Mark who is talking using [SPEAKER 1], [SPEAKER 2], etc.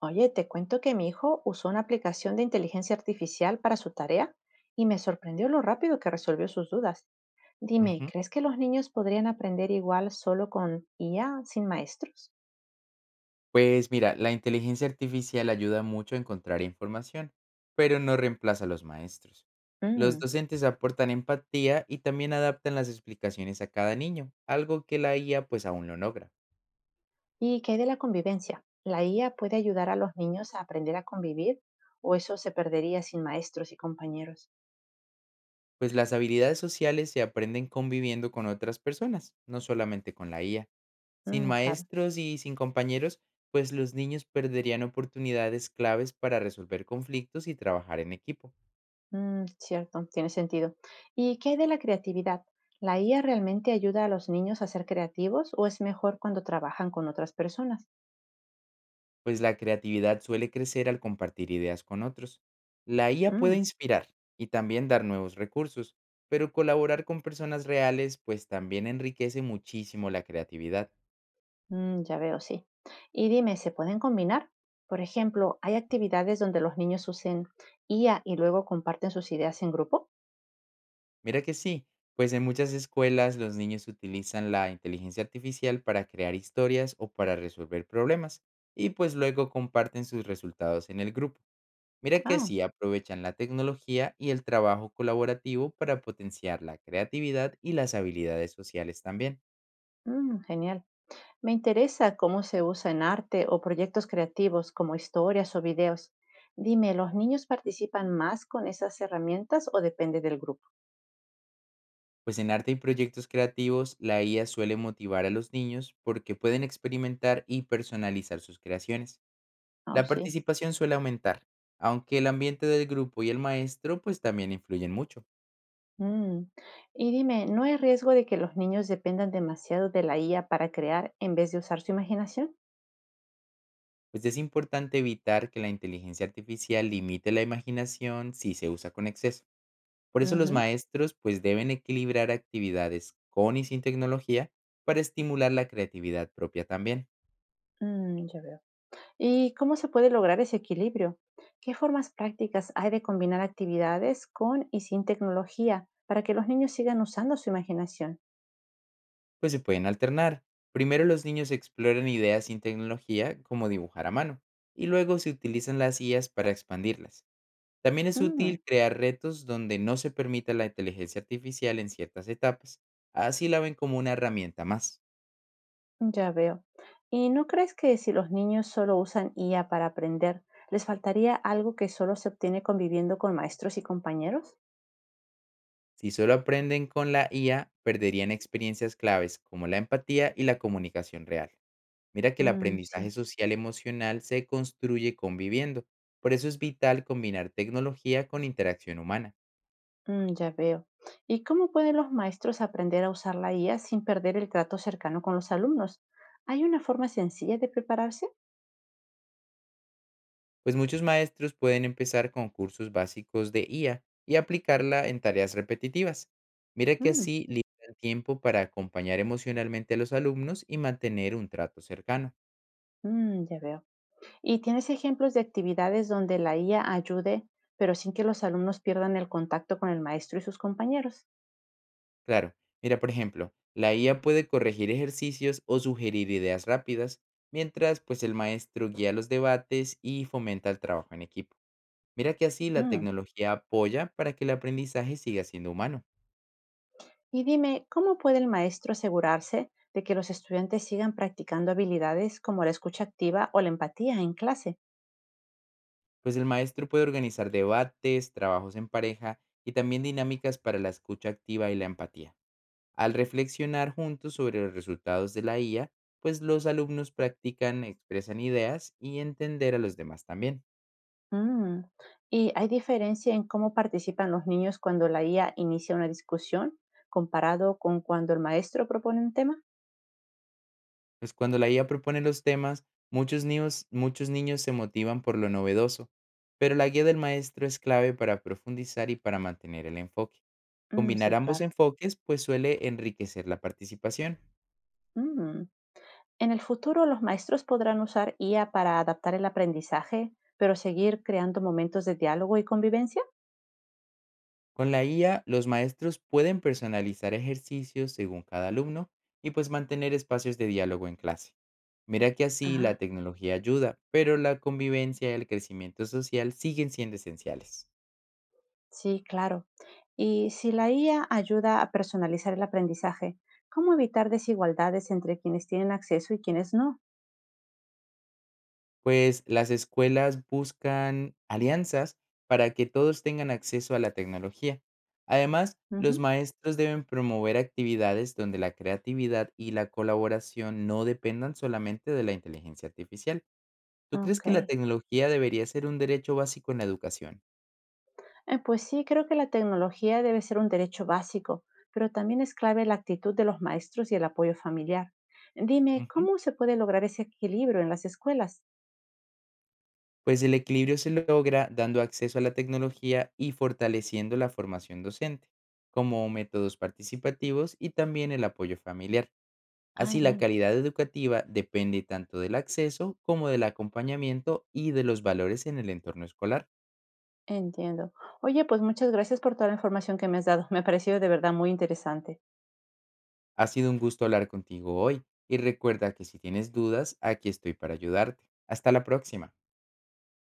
[SPEAKER 1] Oye, te cuento que mi hijo usó una aplicación de inteligencia artificial para su tarea y me sorprendió lo rápido que resolvió sus dudas. Dime,
[SPEAKER 2] Ujú.
[SPEAKER 1] ¿crees que los niños podrían aprender igual solo con IA sin maestros?
[SPEAKER 2] Pues mira, la inteligencia artificial ayuda mucho a encontrar información, pero no reemplaza a los maestros. Los
[SPEAKER 1] Mm.
[SPEAKER 2] docentes aportan empatía y también adaptan las explicaciones a cada niño, algo que la IA pues aún no logra.
[SPEAKER 1] ¿Y qué hay de la convivencia? ¿La IA puede ayudar a los niños a aprender a convivir o eso se perdería sin maestros y compañeros?
[SPEAKER 2] Pues las habilidades sociales se aprenden conviviendo con otras personas, no solamente con la IA. Sin
[SPEAKER 1] Mm, claro.
[SPEAKER 2] maestros y sin compañeros, pues los niños perderían oportunidades claves para resolver conflictos y trabajar en equipo.
[SPEAKER 1] Mm, cierto, tiene sentido. ¿Y qué hay de la creatividad? ¿La IA realmente ayuda a los niños a ser creativos o es mejor cuando trabajan con otras personas?
[SPEAKER 2] Pues la creatividad suele crecer al compartir ideas con otros. La IA puede
[SPEAKER 1] Mm,
[SPEAKER 2] inspirar y también dar nuevos recursos, pero colaborar con personas reales pues también enriquece muchísimo la creatividad.
[SPEAKER 1] mm, ya veo, sí. Y dime, ¿se pueden combinar? Por ejemplo, ¿hay actividades donde los niños usen IA y luego comparten sus ideas en grupo?
[SPEAKER 2] Mira que sí, pues en muchas escuelas los niños utilizan la inteligencia artificial para crear historias o para resolver problemas y pues luego comparten sus resultados en el grupo. Mira que
[SPEAKER 1] Ah,
[SPEAKER 2] sí aprovechan la tecnología y el trabajo colaborativo para potenciar la creatividad y las habilidades sociales también.
[SPEAKER 1] mm, genial. Me interesa cómo se usa en arte o proyectos creativos como historias o videos. Dime, ¿los niños participan más con esas herramientas o depende del grupo?
[SPEAKER 2] Pues en arte y proyectos creativos, la IA suele motivar a los niños porque pueden experimentar y personalizar sus creaciones.
[SPEAKER 1] Ah,
[SPEAKER 2] La
[SPEAKER 1] sí.
[SPEAKER 2] participación suele aumentar, aunque el ambiente del grupo y el maestro pues también influyen mucho.
[SPEAKER 1] Mm. Y dime, ¿no hay riesgo de que los niños dependan demasiado de la IA para crear en vez de usar su imaginación?
[SPEAKER 2] Pues es importante evitar que la inteligencia artificial limite la imaginación si se usa con exceso. Por eso los
[SPEAKER 1] Ujú.
[SPEAKER 2] maestros pues deben equilibrar actividades con y sin tecnología para estimular la creatividad propia también.
[SPEAKER 1] Mm, ya veo. ¿Y cómo se puede lograr ese equilibrio? ¿Qué formas prácticas hay de combinar actividades con y sin tecnología para que los niños sigan usando su imaginación?
[SPEAKER 2] Pues se pueden alternar. Primero los niños exploran ideas sin tecnología, como dibujar a mano, y luego se utilizan las IAs para expandirlas. También es útil
[SPEAKER 1] Mm,
[SPEAKER 2] crear retos donde no se permita la inteligencia artificial en ciertas etapas. Así la ven como una herramienta más.
[SPEAKER 1] ya veo. ¿Y no crees que si los niños solo usan IA para aprender, les faltaría algo que solo se obtiene conviviendo con maestros y compañeros?
[SPEAKER 2] Si solo aprenden con la IA, perderían experiencias claves como la empatía y la comunicación real. Mira que el
[SPEAKER 1] Mm,
[SPEAKER 2] aprendizaje
[SPEAKER 1] sí.
[SPEAKER 2] social emocional se construye conviviendo. Por eso es vital combinar tecnología con interacción humana.
[SPEAKER 1] Mm, ya veo. ¿Y cómo pueden los maestros aprender a usar la IA sin perder el trato cercano con los alumnos? ¿Hay una forma sencilla de prepararse?
[SPEAKER 2] Pues muchos maestros pueden empezar con cursos básicos de IA y aplicarla en tareas repetitivas. Mira que
[SPEAKER 1] Mm,
[SPEAKER 2] así liberan tiempo para acompañar emocionalmente a los alumnos y mantener un trato cercano.
[SPEAKER 1] mm, ya veo. ¿Y tienes ejemplos de actividades donde la IA ayude, pero sin que los alumnos pierdan el contacto con el maestro y sus compañeros?
[SPEAKER 2] Claro, mira, por ejemplo, la IA puede corregir ejercicios o sugerir ideas rápidas, mientras pues el maestro guía los debates y fomenta el trabajo en equipo. Mira que así la
[SPEAKER 1] Mm.
[SPEAKER 2] tecnología apoya para que el aprendizaje siga siendo humano.
[SPEAKER 1] Y dime, ¿cómo puede el maestro asegurarse de que los estudiantes sigan practicando habilidades como la escucha activa o la empatía en clase?
[SPEAKER 2] Pues el maestro puede organizar debates, trabajos en pareja y también dinámicas para la escucha activa y la empatía. Al reflexionar juntos sobre los resultados de la IA, pues los alumnos practican, expresan ideas y entender a los demás también.
[SPEAKER 1] Mm. ¿Y hay diferencia en cómo participan los niños cuando la IA inicia una discusión comparado con cuando el maestro propone un tema?
[SPEAKER 2] Pues cuando la IA propone los temas, muchos niños se motivan por lo novedoso, pero la guía del maestro es clave para profundizar y para mantener el enfoque.
[SPEAKER 1] Mm,
[SPEAKER 2] Combinar
[SPEAKER 1] sí,
[SPEAKER 2] ambos
[SPEAKER 1] claro.
[SPEAKER 2] enfoques pues suele enriquecer la participación.
[SPEAKER 1] Mm. En el futuro, los maestros podrán usar IA para adaptar el aprendizaje, pero seguir creando momentos de diálogo y convivencia.
[SPEAKER 2] Con la IA, los maestros pueden personalizar ejercicios según cada alumno y pues mantener espacios de diálogo en clase. Mira que así la
[SPEAKER 1] Ah,
[SPEAKER 2] tecnología ayuda, pero la convivencia y el crecimiento social siguen siendo esenciales.
[SPEAKER 1] sí, claro. Y si la IA ayuda a personalizar el aprendizaje, ¿cómo evitar desigualdades entre quienes tienen acceso y quienes no?
[SPEAKER 2] Pues las escuelas buscan alianzas para que todos tengan acceso a la tecnología. Además, los
[SPEAKER 1] Ujú.
[SPEAKER 2] maestros deben promover actividades donde la creatividad y la colaboración no dependan solamente de la inteligencia artificial. ¿Tú crees
[SPEAKER 1] Ok.
[SPEAKER 2] que la tecnología debería ser un derecho básico en la educación?
[SPEAKER 1] Pues sí, creo que la tecnología debe ser un derecho básico, pero también es clave la actitud de los maestros y el apoyo familiar. Dime,
[SPEAKER 2] Ujú.
[SPEAKER 1] ¿cómo se puede lograr ese equilibrio en las escuelas?
[SPEAKER 2] Pues el equilibrio se logra dando acceso a la tecnología y fortaleciendo la formación docente, como métodos participativos y también el apoyo familiar.
[SPEAKER 1] Ah,
[SPEAKER 2] Así la
[SPEAKER 1] bien,
[SPEAKER 2] calidad educativa depende tanto del acceso como del acompañamiento y de los valores en el entorno escolar.
[SPEAKER 1] entiendo. Oye, pues muchas gracias por toda la información que me has dado. Me ha parecido de verdad muy interesante.
[SPEAKER 2] Ha sido un gusto hablar contigo hoy y recuerda que si tienes dudas, aquí estoy para ayudarte. Hasta la próxima.